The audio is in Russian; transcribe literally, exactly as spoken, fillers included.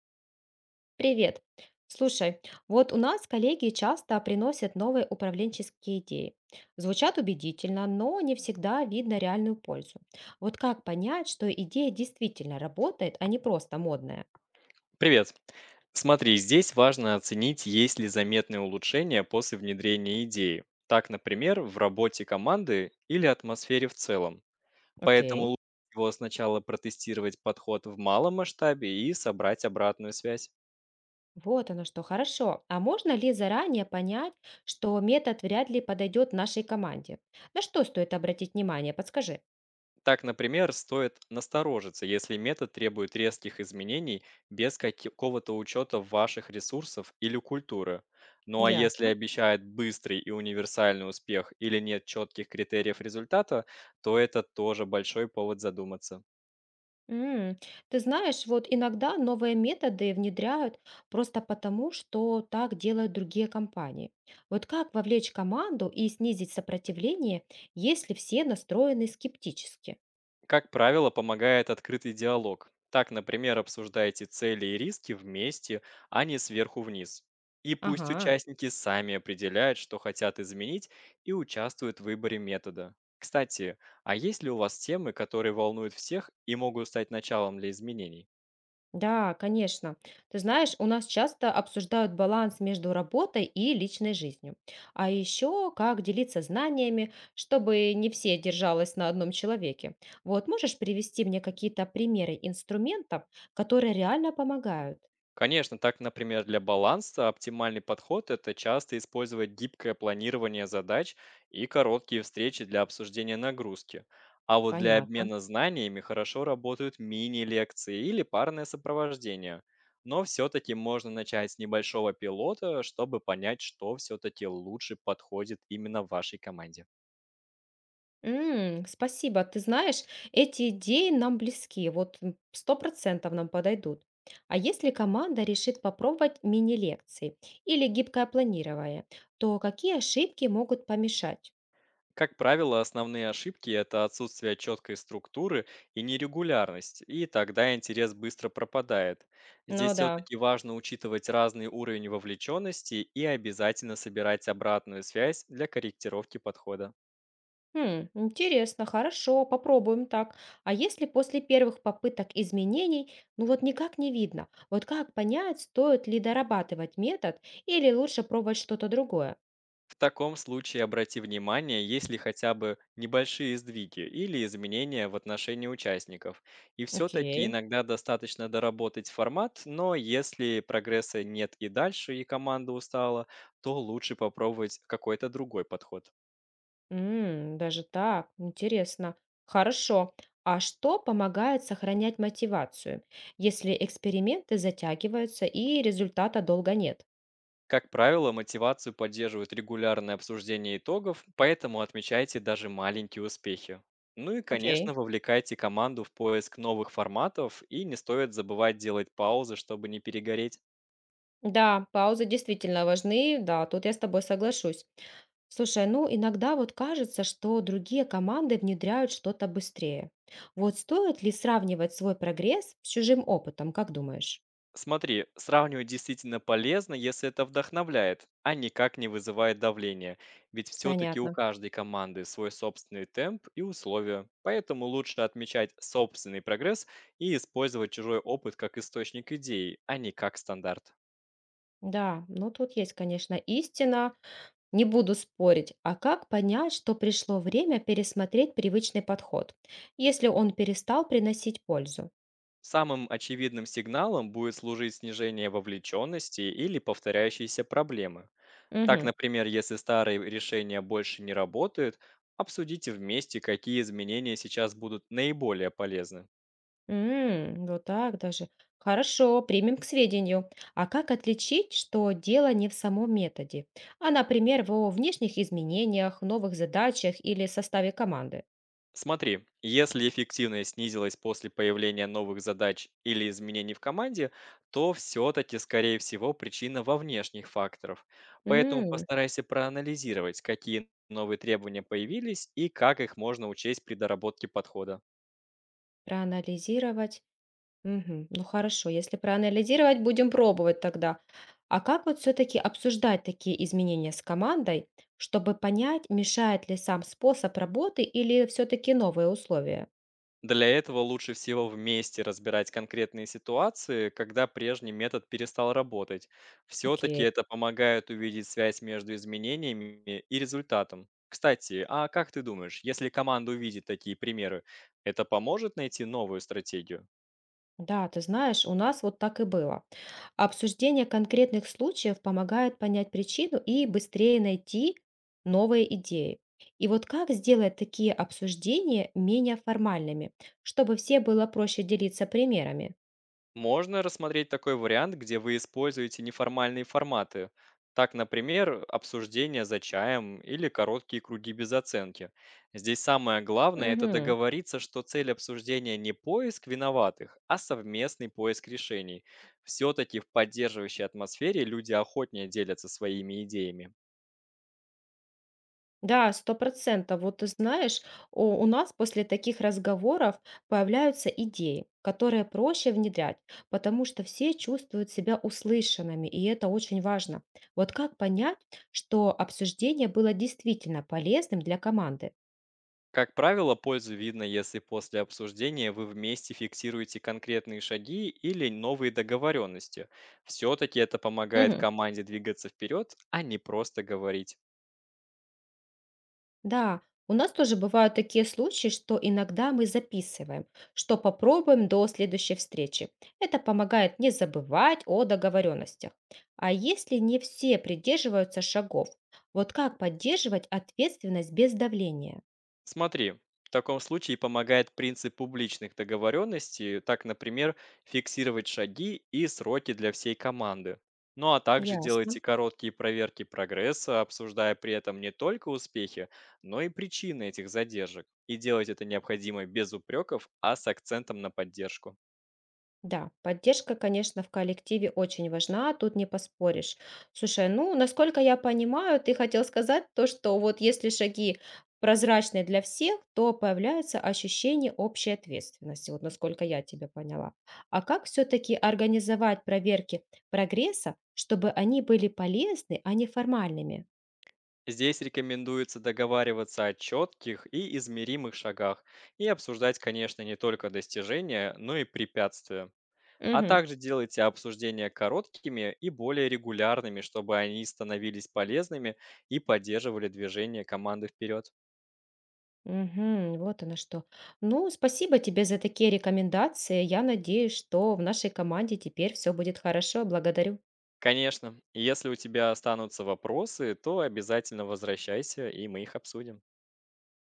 Привет. Слушай, вот у нас коллеги часто приносят новые управленческие идеи. Звучат убедительно, но не всегда видно реальную пользу. Вот как понять, что идея действительно работает, а не просто модная? Привет. Смотри, здесь важно оценить, есть ли заметные улучшения после внедрения идеи. Так, например, в работе команды или атмосфере в целом. Поэтому Окей. лучше всего сначала протестировать подход в малом масштабе и собрать обратную связь. Вот оно что, хорошо. А можно ли заранее понять, что метод вряд ли подойдет нашей команде? На что стоит обратить внимание? Подскажи. Так, например, стоит насторожиться, если метод требует резких изменений без какого-то учета ваших ресурсов или культуры. Ну а если Ясно. обещает быстрый и универсальный успех или нет четких критериев результата, то это тоже большой повод задуматься. М, Ты знаешь, вот иногда новые методы внедряют просто потому, что так делают другие компании. Вот как вовлечь команду и снизить сопротивление, если все настроены скептически? Как правило, помогает открытый диалог. Так, например, обсуждайте цели и риски вместе, а не сверху вниз. И пусть Ага. участники сами определяют, что хотят изменить, и участвуют в выборе метода. Кстати, а есть ли у вас темы, которые волнуют всех и могут стать началом для изменений? Да, конечно. Ты знаешь, у нас часто обсуждают баланс между работой и личной жизнью. А еще как делиться знаниями, чтобы не все держалось на одном человеке. Вот можешь привести мне какие-то примеры инструментов, которые реально помогают? Конечно, так, например, для баланса оптимальный подход– это часто использовать гибкое планирование задач и короткие встречи для обсуждения нагрузки. А вот для Понятно. обмена знаниями хорошо работают мини-лекции или парное сопровождение. Но все-таки можно начать с небольшого пилота, чтобы понять, что все-таки лучше подходит именно вашей команде. М, спасибо. Ты знаешь, эти идеи нам близки, вот м, сто процентов нам подойдут. А если команда решит попробовать мини-лекции или гибкое планирование, то какие ошибки могут помешать? Как правило, основные ошибки– это отсутствие четкой структуры и нерегулярность, и тогда интерес быстро пропадает. Здесь Ну да. все-таки важно учитывать разный уровень вовлеченности и обязательно собирать обратную связь для корректировки подхода. Хм, интересно, хорошо, попробуем так. А если после первых попыток изменений, ну вот никак не видно, вот как понять, стоит ли дорабатывать метод или лучше пробовать что-то другое? В таком случае обрати внимание, есть ли хотя бы небольшие сдвиги или изменения в отношении участников. И все-таки Окей. иногда достаточно доработать формат, но если прогресса нет и дальше, и команда устала, то лучше попробовать какой-то другой подход. М, даже так, интересно. Хорошо. А что помогает сохранять мотивацию, если эксперименты затягиваются и результата долго нет? Как правило, мотивацию поддерживают регулярное обсуждение итогов, поэтому отмечайте даже маленькие успехи. Ну и, Окей. конечно, вовлекайте команду в поиск новых форматов, и не стоит забывать делать паузы, чтобы не перегореть. Да, паузы действительно важны, да, тут я с тобой соглашусь. Слушай, ну иногда вот кажется, что другие команды внедряют что-то быстрее. Вот стоит ли сравнивать свой прогресс с чужим опытом, как думаешь? Смотри, сравнивать действительно полезно, если это вдохновляет, а никак не вызывает давления. Ведь все-таки у Понятно. каждой команды свой собственный темп и условия. Поэтому лучше отмечать собственный прогресс и использовать чужой опыт как источник идей, а не как стандарт. Да, ну тут есть, конечно, истина, не буду спорить. А как понять, что пришло время пересмотреть привычный подход, если он перестал приносить пользу? Самым очевидным сигналом будет служить снижение вовлеченности или повторяющиеся проблемы. Так, Угу. например, если старые решения больше не работают, обсудите вместе, какие изменения сейчас будут наиболее полезны. М, вот так даже. Хорошо, примем к сведению. А как отличить, что дело не в самом методе, а, например, во внешних изменениях, новых задачах или составе команды? Смотри, если эффективность снизилась после появления новых задач или изменений в команде, то все-таки, скорее всего, причина во внешних факторах. Поэтому М, постарайся проанализировать, какие новые требования появились и как их можно учесть при доработке подхода. проанализировать. Мгм. Ну хорошо, если проанализировать, будем пробовать тогда. А как вот все-таки обсуждать такие изменения с командой, чтобы понять, мешает ли сам способ работы или все-таки новые условия? Для этого лучше всего вместе разбирать конкретные ситуации, когда прежний метод перестал работать. Все-таки Окей. это помогает увидеть связь между изменениями и результатом. Кстати, а как ты думаешь, если команда увидит такие примеры, это поможет найти новую стратегию? Да, ты знаешь, у нас вот так и было. Обсуждение конкретных случаев помогает понять причину и быстрее найти новые идеи. И вот как сделать такие обсуждения менее формальными, чтобы все было проще делиться примерами? Можно рассмотреть такой вариант, где вы используете неформальные форматы. Так, например, обсуждение за чаем или короткие круги без оценки. Здесь самое главное– это Мгм. договориться, что цель обсуждения не поиск виноватых, а совместный поиск решений. Все-таки в поддерживающей атмосфере люди охотнее делятся своими идеями. Да, сто процентов. Вот ты знаешь, у у нас после таких разговоров появляются идеи, которые проще внедрять, потому что все чувствуют себя услышанными, и это очень важно. Вот как понять, что обсуждение было действительно полезным для команды? Как правило, пользу видно, если после обсуждения вы вместе фиксируете конкретные шаги или новые договоренности. Все-таки это помогает Мгм. команде двигаться вперед, а не просто говорить. Да, у нас тоже бывают такие случаи, что иногда мы записываем, что попробуем до следующей встречи. Это помогает не забывать о договоренностях. А если не все придерживаются шагов, вот как поддерживать ответственность без давления? Смотри, в таком случае помогает принцип публичных договоренностей, так, например, фиксировать шаги и сроки для всей команды. Ну а также делайте Ясно. короткие проверки прогресса, обсуждая при этом не только успехи, но и причины этих задержек. И делать это необходимо без упреков, а с акцентом на поддержку. Да, поддержка, конечно, в коллективе очень важна, тут не поспоришь. Слушай, ну, насколько я понимаю, ты хотел сказать то, что вот если шаги прозрачные для всех, то появляется ощущение общей ответственности, вот насколько я тебя поняла. А как все-таки организовать проверки прогресса, чтобы они были полезны, а не формальными? Здесь рекомендуется договариваться о четких и измеримых шагах и обсуждать, конечно, не только достижения, но и препятствия. А Угу, также делайте обсуждения короткими и более регулярными, чтобы они становились полезными и поддерживали движение команды вперед. угу. Вот оно что. Ну, спасибо тебе за такие рекомендации. Я надеюсь, что в нашей команде теперь все будет хорошо. Благодарю. Конечно, если у тебя останутся вопросы, то обязательно возвращайся, и мы их обсудим.